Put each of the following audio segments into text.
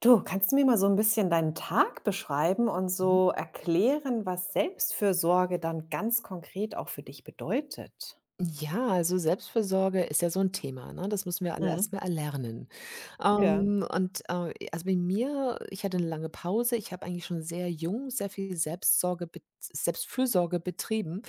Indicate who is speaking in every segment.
Speaker 1: Du, kannst du mir mal so ein bisschen deinen Tag beschreiben und
Speaker 2: Mhm.
Speaker 1: so erklären, was Selbstfürsorge dann ganz konkret auch für dich bedeutet?
Speaker 2: Ja, also Selbstfürsorge ist ja so 'n Thema, ne? Das müssen wir alle erst
Speaker 1: Mhm.
Speaker 2: mal erlernen.
Speaker 1: Ja.
Speaker 2: Also bei mir ich hatte 'ne lange Pause. Ich habe eigentlich schon sehr jung sehr viel Selbstsorge bet Selbstfürsorge betrieben,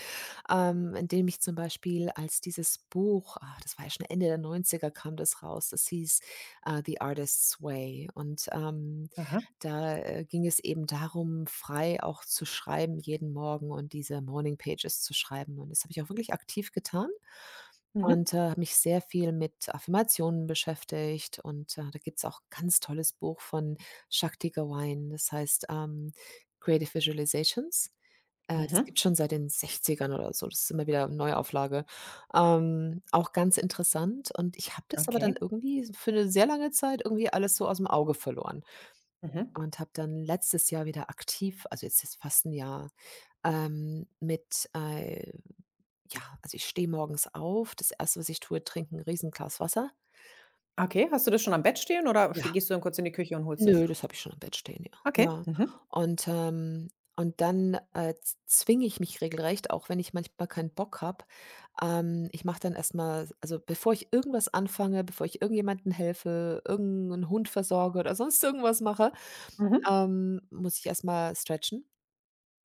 Speaker 2: indem ich zum Beispiel als dieses Buch das war ja schon Ende der Neunziger kam das raus, das hieß, „The Artist's Way“ .
Speaker 1: Aha.
Speaker 2: Da, ging es eben darum, frei auch zu schreiben jeden Morgen und diese Morning Pages zu schreiben. Und das habe ich auch wirklich aktiv getan
Speaker 1: Mhm.
Speaker 2: und, habe mich sehr viel mit Affirmationen beschäftigt und, da gibt es auch ein ganz tolles Buch von Shakti Gawain, das heißt, „Creative Visualizations“. Das
Speaker 1: Mhm.
Speaker 2: gibt's schon seit den 60ern oder so, das ist immer wieder eine Neuauflage. Auch ganz interessant und ich habe das aber dann
Speaker 1: Okay.
Speaker 2: irgendwie für eine sehr lange Zeit irgendwie alles so aus dem Auge verloren.
Speaker 1: Mhm.
Speaker 2: Und habe dann letztes Jahr wieder aktiv also jetzt ist fast ein Jahr, ähm, mit, äh ja, also ich stehe morgens auf. Das erste was ich tue, trinke 'n Riesenglas Wasser.
Speaker 1: Okay, hast du das schon am Bett stehen oder ste
Speaker 2: Ja.
Speaker 1: gehst du dann kurz in die Küche und holst es?
Speaker 2: Nö, das habe ich schon im Bett stehen, ja.
Speaker 1: Okay.
Speaker 2: Ja.
Speaker 1: Mhm.
Speaker 2: Und, ähm und dann, z zwinge ich mich regelrecht, auch wenn ich manchmal keinen Bock habe. Ich mache dann erstmal also bevor ich irgendwas anfange, bevor ich irgendjemandem helfe, irgendeinen Hund versorge oder sonst irgendwas mache,
Speaker 1: Mhm.
Speaker 2: muss ich erstmal stretchen.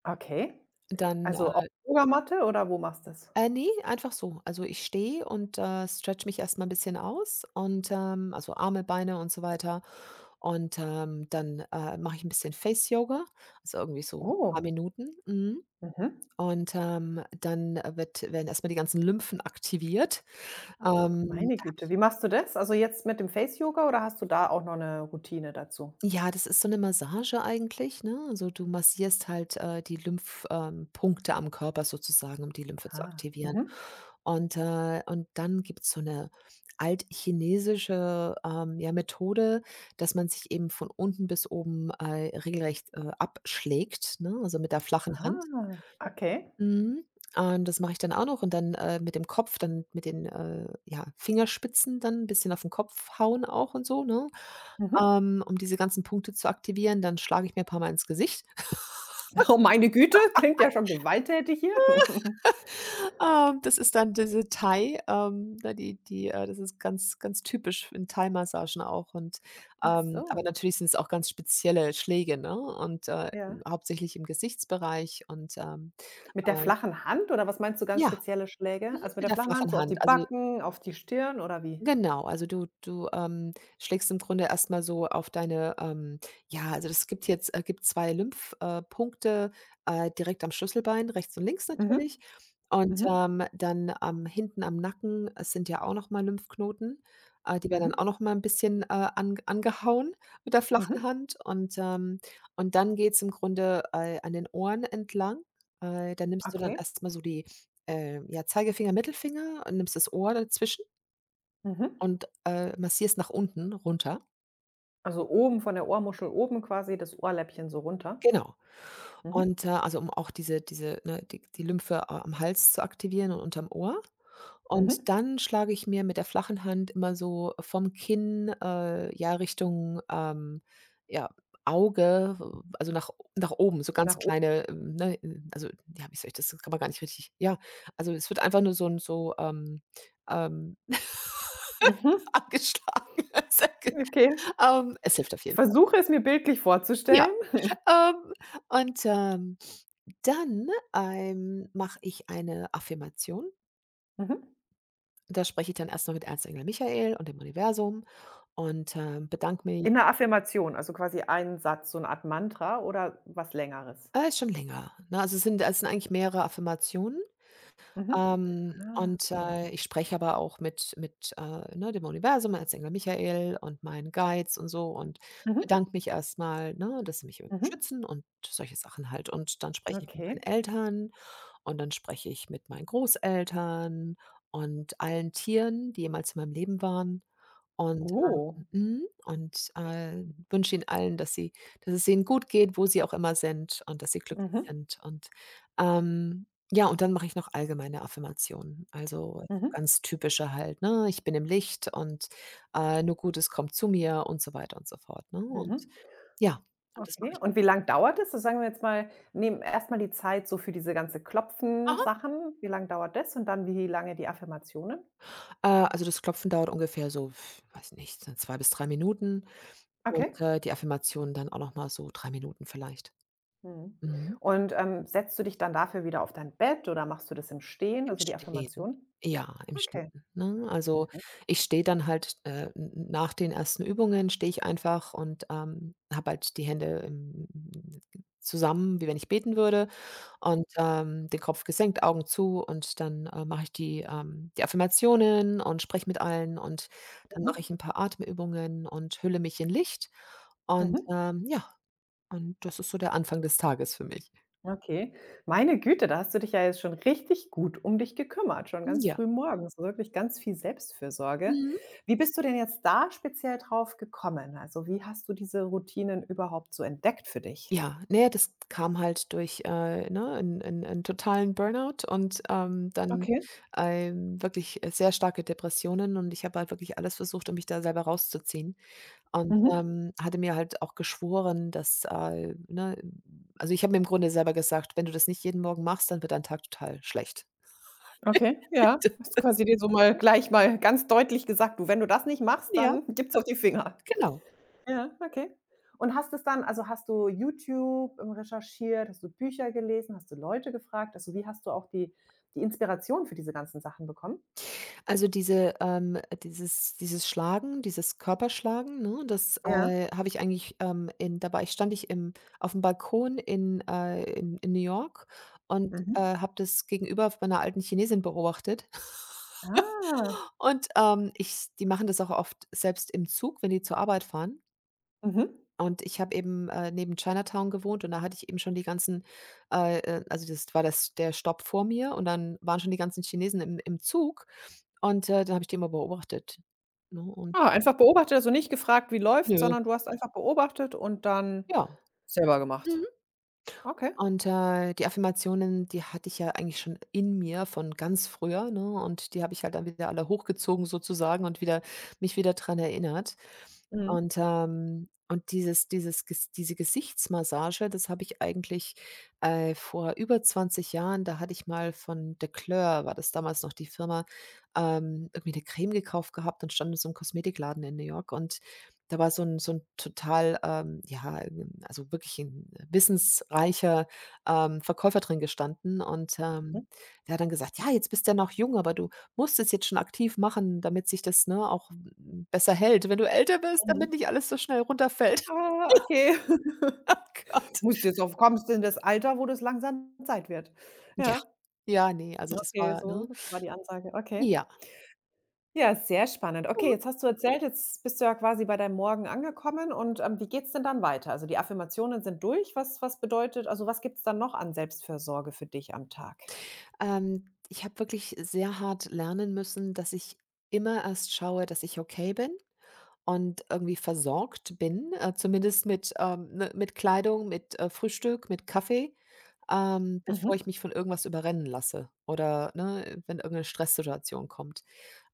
Speaker 1: Okay.
Speaker 2: Dann,
Speaker 1: Also, auf
Speaker 2: äh
Speaker 1: Yogamatte oder wo machst du das?
Speaker 2: Ne, einfach so. Also, ich stehe und, stretche mich erst mal 'n bisschen aus und, also, Arme, Beine und so weiter. Und, dann, mache ich ein bisschen Face Yoga, also, irgendwie so 'n paar
Speaker 1: Oh.
Speaker 2: Minuten, mhm.
Speaker 1: Mhm.
Speaker 2: Und, dann, wird werden erst mal die ganzen Lymphen aktiviert. Mhm.
Speaker 1: Meine
Speaker 2: Da habe
Speaker 1: Güte.
Speaker 2: ich...
Speaker 1: Wie machst du das? Also, jetzt mit dem Face Yoga oder hast du da auch noch eine Routine dazu?
Speaker 2: Ja, das ist so 'ne Massage eigentlich, ne? Also, du massierst halt, die Lymph Punkte am Körper sozusagen, um die Lymphe zu
Speaker 1: Ah.
Speaker 2: aktivieren.
Speaker 1: Mhm.
Speaker 2: Und und dann gibt's so 'ne altchinesische, ja, Methode, dass man sich eben von unten bis oben, regelrecht, abschlägt, ne, also mit der flachen Hand.
Speaker 1: Ah, okay.
Speaker 2: Mhm. Und das mache ich dann auch noch und dann, mit dem Kopf dann mit den, ja, Fingerspitzen dann 'n bisschen auf den Kopf hauen auch und so, ne?
Speaker 1: Mhm.
Speaker 2: Um diese ganzen Punkte zu aktivieren, dann schlage ich mir ein paar Mal ins Gesicht.
Speaker 1: Oh, meine Güte, klingt ja schon gewalttätig hier.
Speaker 2: Das ist dann diese Thai, da die das ist ganz ganz typisch in Thai-Massagen auch und,
Speaker 1: Ach
Speaker 2: aber
Speaker 1: so.
Speaker 2: natürlich sind es auch ganz spezielle Schläge, ne, und,
Speaker 1: Ja.
Speaker 2: hauptsächlich im Gesichtsbereich und,
Speaker 1: Mit der
Speaker 2: äh
Speaker 1: flachen Hand oder was meinst du ganz
Speaker 2: ja,
Speaker 1: spezielle Schläge? Also, mit
Speaker 2: mit
Speaker 1: der
Speaker 2: der
Speaker 1: flachen Hand so
Speaker 2: flachen
Speaker 1: auf die
Speaker 2: Hand. Also...
Speaker 1: Backen, auf die Stirn oder wie?
Speaker 2: Genau, also du schlägst im Grunde erstmal so auf deine, ja, also es gibt jetzt gibt 2 Lymphpunkte äh, Punkte, direkt am Schlüsselbein, rechts und links natürlich.
Speaker 1: Mhm.
Speaker 2: Und,
Speaker 1: Mhm.
Speaker 2: dann am hinten am Nacken, es sind ja auch noch mal Lymphknoten, die werden dann
Speaker 1: Mhm.
Speaker 2: auch noch mal 'n bisschen, angehauen mit der
Speaker 1: Mhm.
Speaker 2: flachen Hand. Und und dann geht's im Grunde, an den Ohren entlang. Da nimmst du dann
Speaker 1: Okay.
Speaker 2: erstmal so die, ja, Zeigefinger, Mittelfinger und nimmst das Ohr dazwischen
Speaker 1: Mhm.
Speaker 2: und, massierst nach unten runter.
Speaker 1: Also, oben von der Ohrmuschel oben quasi das Ohrläppchen so runter?
Speaker 2: Genau.
Speaker 1: Mhm.
Speaker 2: Und, also, um auch diese diese, ne, die die Lymphe a am Hals zu aktivieren und unterm Ohr. Und
Speaker 1: Mhm.
Speaker 2: dann schlage ich mir mit der flachen Hand immer so vom Kinn, ja, Richtung, ja, Auge, also, nach nach oben, so
Speaker 1: Nach
Speaker 2: ganz
Speaker 1: oben.
Speaker 2: kleine, ne, also, ja, wie soll ich das das kann man gar nicht richtig ja, also, es wird einfach nur so 'n so, ähm,
Speaker 1: Mhm.
Speaker 2: angeschlagen.
Speaker 1: Okay.
Speaker 2: Es hilft auf
Speaker 1: Ich
Speaker 2: jeden Fall.
Speaker 1: versuche es mir bildlich
Speaker 2: Ja.
Speaker 1: vorzustellen.
Speaker 2: Ähm, und, ähm, dann, Mache ich eine Affirmation.
Speaker 1: Mhm.
Speaker 2: Da spreche ich dann erst mal mit Erzengel Michael und dem Universum und, bedanke mich...
Speaker 1: In 'ner Affirmation, also quasi ein Satz, so eine Art Mantra oder was Längeres?
Speaker 2: ist schon länger, ne? Also, es sind eigentlich mehrere Affirmationen.
Speaker 1: Mhm. Ah, okay.
Speaker 2: Ich spreche aber auch mit ne, dem Universum, Erzengel Michael und meinen Guides und so und
Speaker 1: Mhm.
Speaker 2: bedanke mich erstmal, ne, dass sie mich irgendwie
Speaker 1: Mhm.
Speaker 2: schützen und solche Sachen halt. Und dann spreche ich mit
Speaker 1: Okay.
Speaker 2: meinen Eltern. Und dann spreche ich mit meinen Großeltern und allen Tieren, die jemals in meinem Leben waren und, ähm
Speaker 1: Oh.
Speaker 2: mhm, und, äh, wünsche ihnen allen, dass sie dass es ihnen gut geht, wo sie auch immer sind und dass sie glücklich
Speaker 1: Mhm.
Speaker 2: sind und, ja, und dann mache ich noch allgemeine Affirmationen. Also,
Speaker 1: Mhm.
Speaker 2: ganz typische halt, ne? „Ich bin im Licht“ und, „Nur Gutes kommt zu mir“ und so weiter und so fort, ne? Und
Speaker 1: Mhm.
Speaker 2: ja, und das mache
Speaker 1: Okay.
Speaker 2: ich.
Speaker 1: Und wie lang dauert es? So sagen wir jetzt mal, nehmen erstmal die Zeit so für diese ganze Klopfen-Sachen. Wie lang dauert das und dann wie lange die Affirmationen?
Speaker 2: Also, das Klopfen dauert ungefähr so, weiß nicht, so 2 bis 3 Minuten
Speaker 1: Okay.
Speaker 2: und, die Affirmation dann auch noch mal so 3 Minuten vielleicht.
Speaker 1: Mhm.
Speaker 2: Mhm.
Speaker 1: Und, setzt du dich dann dafür wieder auf dein Bett oder machst du das im Stehen,
Speaker 2: Im
Speaker 1: also die
Speaker 2: Stehen.
Speaker 1: Affirmation?
Speaker 2: Ja, im
Speaker 1: Okay.
Speaker 2: Stehen, ne? Also,
Speaker 1: Mhm.
Speaker 2: ich stehe dann halt, n nach den ersten Übungen stehe ich einfach und, habe halt die Hände, zusammen, wie wenn ich beten würde. Und, den Kopf gesenkt, Augen zu und dann, mache ich die, die Affirmationen und spreche mit allen und dann mache
Speaker 1: Mhm.
Speaker 2: ich ein paar Atemübungen und hülle mich in Licht
Speaker 1: Mhm.
Speaker 2: und, ja, und das ist so der Anfang des Tages für mich.
Speaker 1: Okay. Meine Güte, da hast du dich ja jetzt schon richtig gut um dich gekümmert, schon ganz
Speaker 2: Ja.
Speaker 1: früh morgens, also wirklich ganz viel Selbstfürsorge.
Speaker 2: Mhm.
Speaker 1: Wie bist du denn jetzt da speziell drauf gekommen? Also, wie hast du diese Routinen überhaupt so entdeckt für dich?
Speaker 2: Ja, na ja, das kam halt durch, ne, einen 'n 'n totalen Burnout und,
Speaker 1: Okay.
Speaker 2: wirklich, sehr starke Depressionen und ich habe halt wirklich alles versucht, um mich da selber rauszuziehen. Und,
Speaker 1: Mhm.
Speaker 2: hatte mir halt auch geschworen, dass, ne... also, ich habe mir im Grunde selber gesagt: „Wenn du das nicht jeden Morgen machst, dann wird dein Tag total schlecht.“
Speaker 1: Okay, ja. Hast quasi
Speaker 2: Das-...
Speaker 1: dir so mal gleich mal ganz deutlich gesagt: „Du, wenn du das nicht machst,
Speaker 2: Ja,
Speaker 1: dann gibt's auf die Finger.“
Speaker 2: genau.
Speaker 1: Ja, okay. Und hast es dann also, hast du YouTube, recherchiert? Hast du Bücher gelesen? Hast du Leute gefragt? Also, wie hast du auch die Inspiration für diese ganzen Sachen bekommen?
Speaker 2: Also, dieses Schlagen, dieses Körperschlagen, ne, das,
Speaker 1: Ja,
Speaker 2: habe ich eigentlich, in da war ich stand ich im auf dem Balkon in in New York und,
Speaker 1: mhm.
Speaker 2: habe das gegenüber von 'ner alten Chinesin beobachtet.
Speaker 1: Ah,
Speaker 2: Und, ich die machen das auch oft selbst im Zug, wenn die zur Arbeit fahren.
Speaker 1: mhm.
Speaker 2: Und ich habe eben, neben Chinatown gewohnt und da hatte ich eben schon die ganzen also das war das der Stopp vor mir und dann waren schon die ganzen Chinesen im im Zug und, dann habe ich die immer beobachtet, ne? Und
Speaker 1: Ah, einfach beobachtet, also nicht gefragt, wie läuft,
Speaker 2: nö,
Speaker 1: sondern du hast einfach beobachtet und dann
Speaker 2: ja.
Speaker 1: selber gemacht. Okay.
Speaker 2: Und, die Affirmationen, die hatte ich ja eigentlich schon in mir von ganz früher, ne? Und die habe ich halt dann wieder alle hochgezogen sozusagen und wieder mich wieder dran erinnert.
Speaker 1: Mhm.
Speaker 2: Und und diese Gesichtsmassage, das habe ich eigentlich, vor über 20 Jahren da hatte ich mal von Decleur war das damals noch die Firma, irgendwie eine Creme gekauft gehabt und stand in so einem Kosmetikladen in New York. Und da war so ein total, ja, also wirklich 'n wissensreicher Verkäufer drin gestanden und,
Speaker 1: Mhm.
Speaker 2: der hat dann gesagt: „Ja, jetzt bist du ja noch jung, aber du musst es jetzt schon aktiv machen, damit sich das, ne, auch, besser hält, wenn du älter bist,
Speaker 1: Mhm.
Speaker 2: damit nicht alles so schnell runterfällt.“
Speaker 1: Ah, okay.
Speaker 2: Oh Gott.
Speaker 1: Musst jetzt auf kommst in das Alter, wo das langsam Zeit wird.
Speaker 2: Ja,
Speaker 1: Ja,
Speaker 2: ja, nee, also das
Speaker 1: okay,
Speaker 2: war
Speaker 1: so
Speaker 2: ne?
Speaker 1: war die Ansage. Okay.
Speaker 2: Ja.
Speaker 1: Ja, sehr spannend. Okay,
Speaker 2: Mhm.
Speaker 1: jetzt hast du erzählt, jetzt bist du ja quasi bei deinem Morgen angekommen und, wie geht's denn dann weiter? Also, die Affirmationen sind durch. Was bedeutet also, was gibt's dann noch an Selbstfürsorge für dich am Tag?
Speaker 2: Ich habe wirklich sehr hart lernen müssen, dass ich immer erst schaue, dass ich okay bin. Und irgendwie versorgt bin, zumindest mit, ne, mit Kleidung, mit, Frühstück, mit Kaffee, bevor
Speaker 1: Mhm,
Speaker 2: ich mich von irgendwas überrennen lasse oder, ne, wenn irgendeine Stresssituation kommt,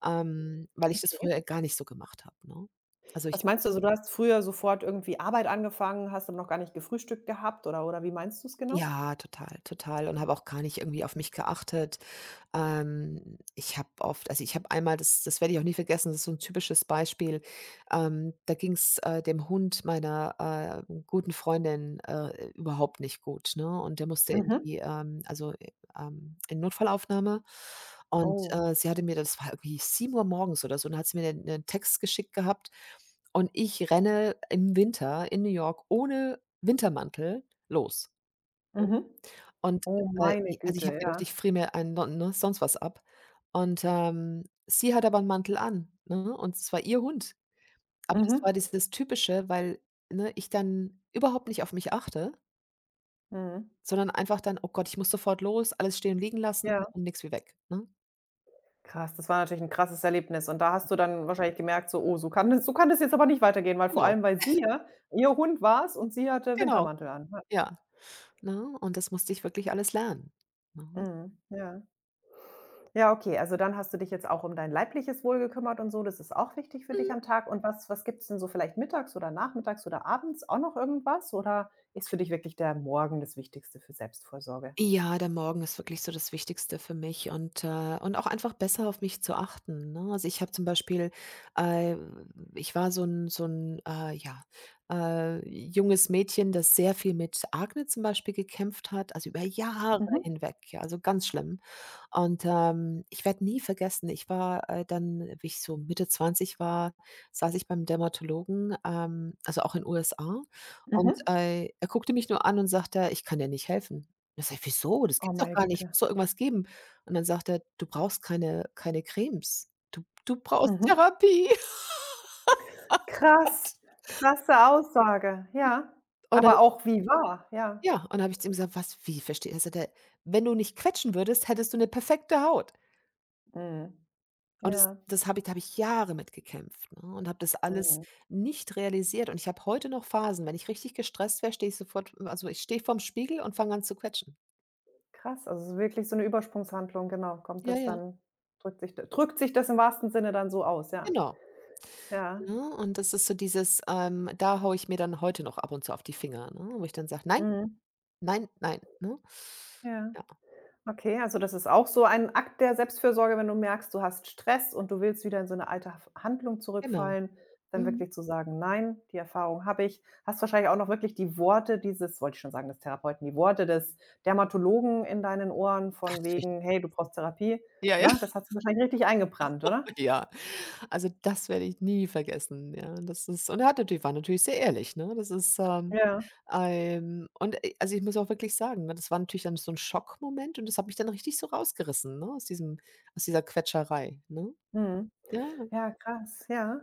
Speaker 2: weil ich das
Speaker 1: okay.
Speaker 2: früher gar nicht so gemacht habe, ne? Also,
Speaker 1: Was
Speaker 2: ich...
Speaker 1: meinst du? Also, du hast früher sofort irgendwie Arbeit angefangen, hast dann noch gar nicht gefrühstückt gehabt oder wie meinst du es genau?
Speaker 2: ja, total, total und habe auch gar nicht irgendwie auf mich geachtet. Ich habe oft also, ich habe einmal das das werde ich auch nie vergessen, das ist so ein typisches Beispiel. Da ging's, dem Hund meiner, guten Freundin, überhaupt nicht gut, ne? Und der musste in
Speaker 1: Mhm.
Speaker 2: die, also, in Notfallaufnahme. Und,
Speaker 1: Oh.
Speaker 2: sie hatte mir das war irgendwie 7:00 morgens oder so, und da hat sie mir einen 'nen Text geschickt gehabt. Und ich renne im Winter in New York ohne Wintermantel los.
Speaker 1: Mhm.
Speaker 2: Und,
Speaker 1: Oh, meine
Speaker 2: i also, ich habe
Speaker 1: Güte,
Speaker 2: gedacht,
Speaker 1: ja.
Speaker 2: ich friere mir einen non ne, sonst was ab. Und, sie hat aber 'n Mantel an, ne, und es war ihr Hund. Aber das
Speaker 1: Mhm.
Speaker 2: war dieses Typische, weil, ne, ich dann überhaupt nicht auf mich achte,
Speaker 1: Mhm.
Speaker 2: sondern einfach dann: „Oh Gott, ich muss sofort los, alles stehen und liegen lassen
Speaker 1: Ja.
Speaker 2: und nix wie weg“, ne?
Speaker 1: Krass, das war natürlich 'n krasses Erlebnis und da hast du dann wahrscheinlich gemerkt so: „Oh, so kann das jetzt aber nicht weitergehen“, weil vor
Speaker 2: Genau,
Speaker 1: allem, weil sie ja ihr Hund war's und sie hatte
Speaker 2: genau,
Speaker 1: Wintermantel an, ne?
Speaker 2: ja, ne? Und das musste ich wirklich alles lernen, ne?
Speaker 1: Mhm, ja. Ja, okay, also dann hast du dich jetzt auch um dein leibliches Wohl gekümmert und so, das ist auch wichtig für dich
Speaker 2: Mhm.
Speaker 1: am Tag und was gibt's denn so vielleicht mittags oder nachmittags oder abends auch noch irgendwas oder ist für dich wirklich der Morgen das Wichtigste für Selbstvorsorge?
Speaker 2: Ja, der Morgen ist wirklich so das Wichtigste für mich und auch einfach besser auf mich zu achten, ne? Also, ich habe zum Beispiel, äh ich war so ein ja, junges Mädchen, das sehr viel mit Akne zum Beispiel gekämpft hat, also über Jahre
Speaker 1: Mhm,
Speaker 2: hinweg, ja, also ganz schlimm. Und, Ich werde nie vergessen, ich war, dann wie ich so Mitte 20 war, saß ich beim Dermatologen, also auch in USA und,
Speaker 1: mhm.
Speaker 2: er guckte mich nur an und sagte: „Ich kann dir nicht helfen.“ Da sage ich: „Wieso? Das
Speaker 1: Oh,
Speaker 2: gibt's doch
Speaker 1: meine
Speaker 2: gar nicht.
Speaker 1: Güte.
Speaker 2: Muss doch irgendwas geben.“ Und dann sagt er: „Du brauchst keine Cremes. Du brauchst
Speaker 1: Mhm.
Speaker 2: Therapie.“
Speaker 1: Krass, krasse Aussage, ja,
Speaker 2: Und dann
Speaker 1: aber auch wie wahr, ja.
Speaker 2: Ja, und dann habe ich zu ihm gesagt: „Was, wie verstehe“ Er sagte: „Wenn du nicht quetschen würdest, hättest du eine perfekte Haut.“
Speaker 1: Mhm.
Speaker 2: Und das
Speaker 1: Ja,
Speaker 2: das habe ich, da habe ich Jahre mit gekämpft, ne, und habe das alles
Speaker 1: mhm.
Speaker 2: nicht realisiert. Und ich habe heute noch Phasen, wenn ich richtig gestresst wäre, stehe ich sofort also, ich stehe vorm Spiegel und fange an zu quetschen.
Speaker 1: Krass, also, es ist wirklich so eine Übersprungshandlung, genau, kommt
Speaker 2: Ja,
Speaker 1: das
Speaker 2: ja.
Speaker 1: dann drückt sich das im wahrsten Sinne dann so aus, ja.
Speaker 2: Genau,
Speaker 1: Ja,
Speaker 2: ne? Und das ist so dieses, da haue ich mir dann heute noch ab und zu auf die Finger, ne, wo ich dann sage: „Nein,
Speaker 1: mhm,
Speaker 2: nein, nein“, ne?
Speaker 1: ja.
Speaker 2: Ja,
Speaker 1: Okay, also, das ist auch so ein Akt der Selbstfürsorge, wenn du merkst, du hast Stress und du willst wieder in so eine alte Haf Handlung
Speaker 2: genau.
Speaker 1: zurückfallen, dann
Speaker 2: Mhm.
Speaker 1: wirklich zu sagen: „Nein, die Erfahrung habe ich.“ Hast wahrscheinlich auch noch wirklich die Worte dieses wollte ich schon sagen, des Therapeuten, die Worte des Dermatologen in deinen Ohren
Speaker 2: Ach,
Speaker 1: von
Speaker 2: das will ich nicht
Speaker 1: wegen: „Hey, du
Speaker 2: wissen.
Speaker 1: brauchst Therapie“,
Speaker 2: Ja, ja.
Speaker 1: ne? Das hat sich wahrscheinlich richtig eingebrannt, oder?
Speaker 2: Ja, also das werde ich nie vergessen, ja. Das ist Und er hat natürlich war natürlich sehr ehrlich, ne?
Speaker 1: Ja,
Speaker 2: Also, ich muss auch wirklich sagen, ne, das war natürlich dann so 'n Schockmoment und das hat mich dann richtig so rausgerissen, ne, aus dieser Quetscherei, ne?
Speaker 1: mhm.
Speaker 2: Ja.
Speaker 1: Ja, krass, ja.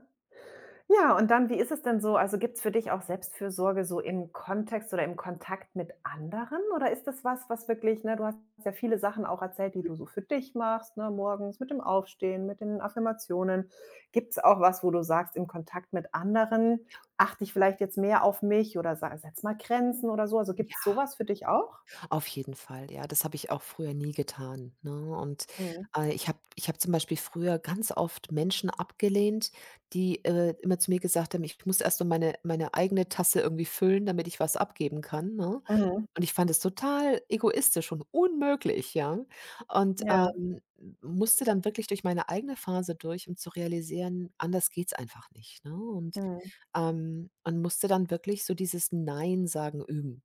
Speaker 1: Ja, und dann, wie ist es denn so? Also, gibt's für dich auch Selbstfürsorge so im Kontext oder im Kontakt mit anderen? Oder ist das was, was wirklich ne, du hast ja viele Sachen auch erzählt, die du so für dich machst, ne, morgens mit dem Aufstehen, mit den Affirmationen. Gibt's auch was, wo du sagst, im Kontakt mit anderen achte ich vielleicht jetzt mehr auf mich oder sa setze mal Grenzen oder so? Also, gibt's
Speaker 2: Ja,
Speaker 1: so was für dich auch?
Speaker 2: auf jeden Fall, ja. Das habe ich auch früher nie getan, ne? Und,
Speaker 1: Mhm.
Speaker 2: ich habe zum Beispiel früher ganz oft Menschen abgelehnt, die, immer zu mir gesagt haben, ich muss erst mal meine eigene Tasse irgendwie füllen, damit ich was abgeben kann, ne?
Speaker 1: Mhm.
Speaker 2: Und ich fand es total egoistisch und unmöglich, ja? Und,
Speaker 1: Ja.
Speaker 2: musste dann wirklich durch meine eigene Phase durch, um zu realisieren, anders geht's einfach nicht, ne?
Speaker 1: Mhm.
Speaker 2: Und musste dann wirklich so dieses „Nein sagen“ üben.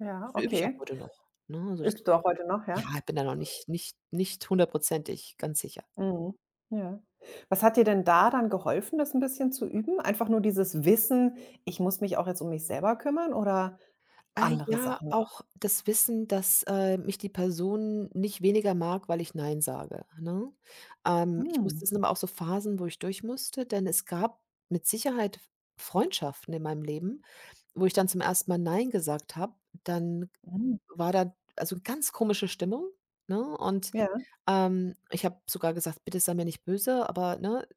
Speaker 1: Ja,
Speaker 2: Das übe ich auch
Speaker 1: okay.
Speaker 2: heute noch, ne? Also,
Speaker 1: Übst
Speaker 2: das
Speaker 1: du auch heute noch,
Speaker 2: ja,
Speaker 1: ja?
Speaker 2: ich bin da noch nicht hundertprozentig, ganz sicher.
Speaker 1: Mhm. Ja. Was hat dir denn da dann geholfen, das ein bisschen zu üben? Einfach nur dieses Wissen: „Ich muss mich auch jetzt um mich selber kümmern“ oder
Speaker 2: Ah
Speaker 1: andere
Speaker 2: ja,
Speaker 1: Sachen noch?
Speaker 2: auch das Wissen, dass, mich die Person nicht weniger mag, weil ich „nein“ sage, ne? Ich
Speaker 1: Mhm.
Speaker 2: musste Es sind aber auch so Phasen, wo ich durch musste, denn es gab mit Sicherheit Freundschaften in meinem Leben, wo ich dann zum ersten Mal „nein“ gesagt habe, dann
Speaker 1: Mhm.
Speaker 2: war da also ganz komische Stimmung, ne? Und,
Speaker 1: Ja.
Speaker 2: ich habe sogar gesagt: „Bitte sei mir nicht böse, aber, ne,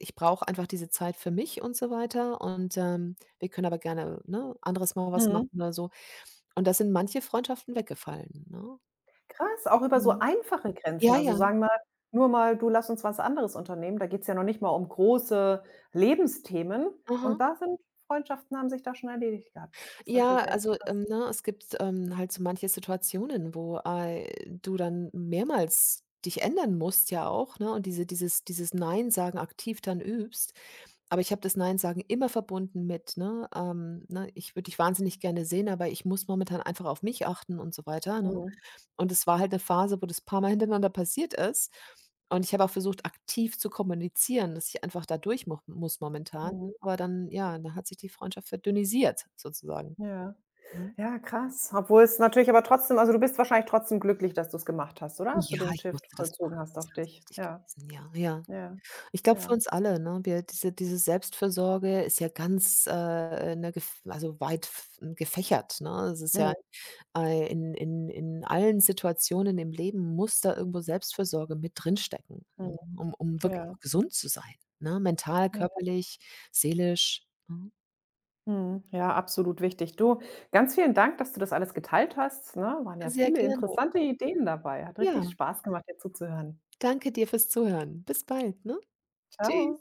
Speaker 2: ich brauche einfach diese Zeit für mich und so weiter und, wir können aber gerne, ne, anderes Mal was
Speaker 1: Mhm.
Speaker 2: machen“ oder so. Und da sind manche Freundschaften weggefallen, ne?
Speaker 1: Krass, auch über so
Speaker 2: Mhm.
Speaker 1: einfache Grenzen.
Speaker 2: Ja,
Speaker 1: Also,
Speaker 2: ja.
Speaker 1: sagen wir nur mal: „Du, lass uns was anderes unternehmen.“ Da geht's ja noch nicht mal um große Lebensthemen und
Speaker 2: Aha.
Speaker 1: da sind Freundschaften haben sich da schon erledigt gehabt. Das ist
Speaker 2: Ja,
Speaker 1: natürlich echt
Speaker 2: also,
Speaker 1: krass.
Speaker 2: ne, es gibt, halt so manche Situationen, wo, du dann mehrmals dich ändern musst ja auch, ne, und dieses „Nein sagen“ aktiv dann übst. Aber ich habe das „Nein sagen“ immer verbunden mit, ne, ne: „Ich würde dich wahnsinnig gerne sehen, aber ich muss momentan einfach auf mich achten“ und so weiter, ne?
Speaker 1: Mhm.
Speaker 2: Und es war halt eine Phase, wo das paar mal hintereinander passiert ist. Und ich habe auch versucht, aktiv zu kommunizieren, dass ich einfach da durch mu muss momentan,
Speaker 1: Mhm.
Speaker 2: aber dann ja, dann hat sich die Freundschaft verdünnisiert sozusagen.
Speaker 1: Ja.
Speaker 2: Mhm.
Speaker 1: Ja, krass. Obwohl es natürlich aber trotzdem also, du bist wahrscheinlich trotzdem glücklich, dass du es gemacht hast, oder? Dass du
Speaker 2: Ja,
Speaker 1: den
Speaker 2: ich
Speaker 1: Shift
Speaker 2: musste das
Speaker 1: vollzogen
Speaker 2: machen.
Speaker 1: hast
Speaker 2: Das
Speaker 1: auf
Speaker 2: ist ganz
Speaker 1: dich.
Speaker 2: wichtig
Speaker 1: Ja,
Speaker 2: gewesen. Ja, ja.
Speaker 1: ja,
Speaker 2: Ich glaube für
Speaker 1: ja.
Speaker 2: uns alle, ne? Wir Diese Selbstfürsorge ist ja ganz, ne, gef also weit f gefächert, ne? Es ist
Speaker 1: Mhm,
Speaker 2: ja, in allen Situationen im Leben muss da irgendwo Selbstfürsorge mit drinstecken,
Speaker 1: mhm,
Speaker 2: ne, um wirklich
Speaker 1: ja,
Speaker 2: auch gesund zu sein, ne? Mental,
Speaker 1: ja.
Speaker 2: körperlich, seelisch, ne?
Speaker 1: Mhm, ja, absolut wichtig. Du, ganz vielen Dank, dass du das alles geteilt hast, ne? Waren ja
Speaker 2: Sehr
Speaker 1: viele
Speaker 2: gerne.
Speaker 1: interessante Ideen dabei. Hat richtig
Speaker 2: Ja,
Speaker 1: Spaß gemacht, dir zuzuhören.
Speaker 2: danke dir fürs Zuhören. Bis bald, ne? Tschüss.
Speaker 1: Ciao.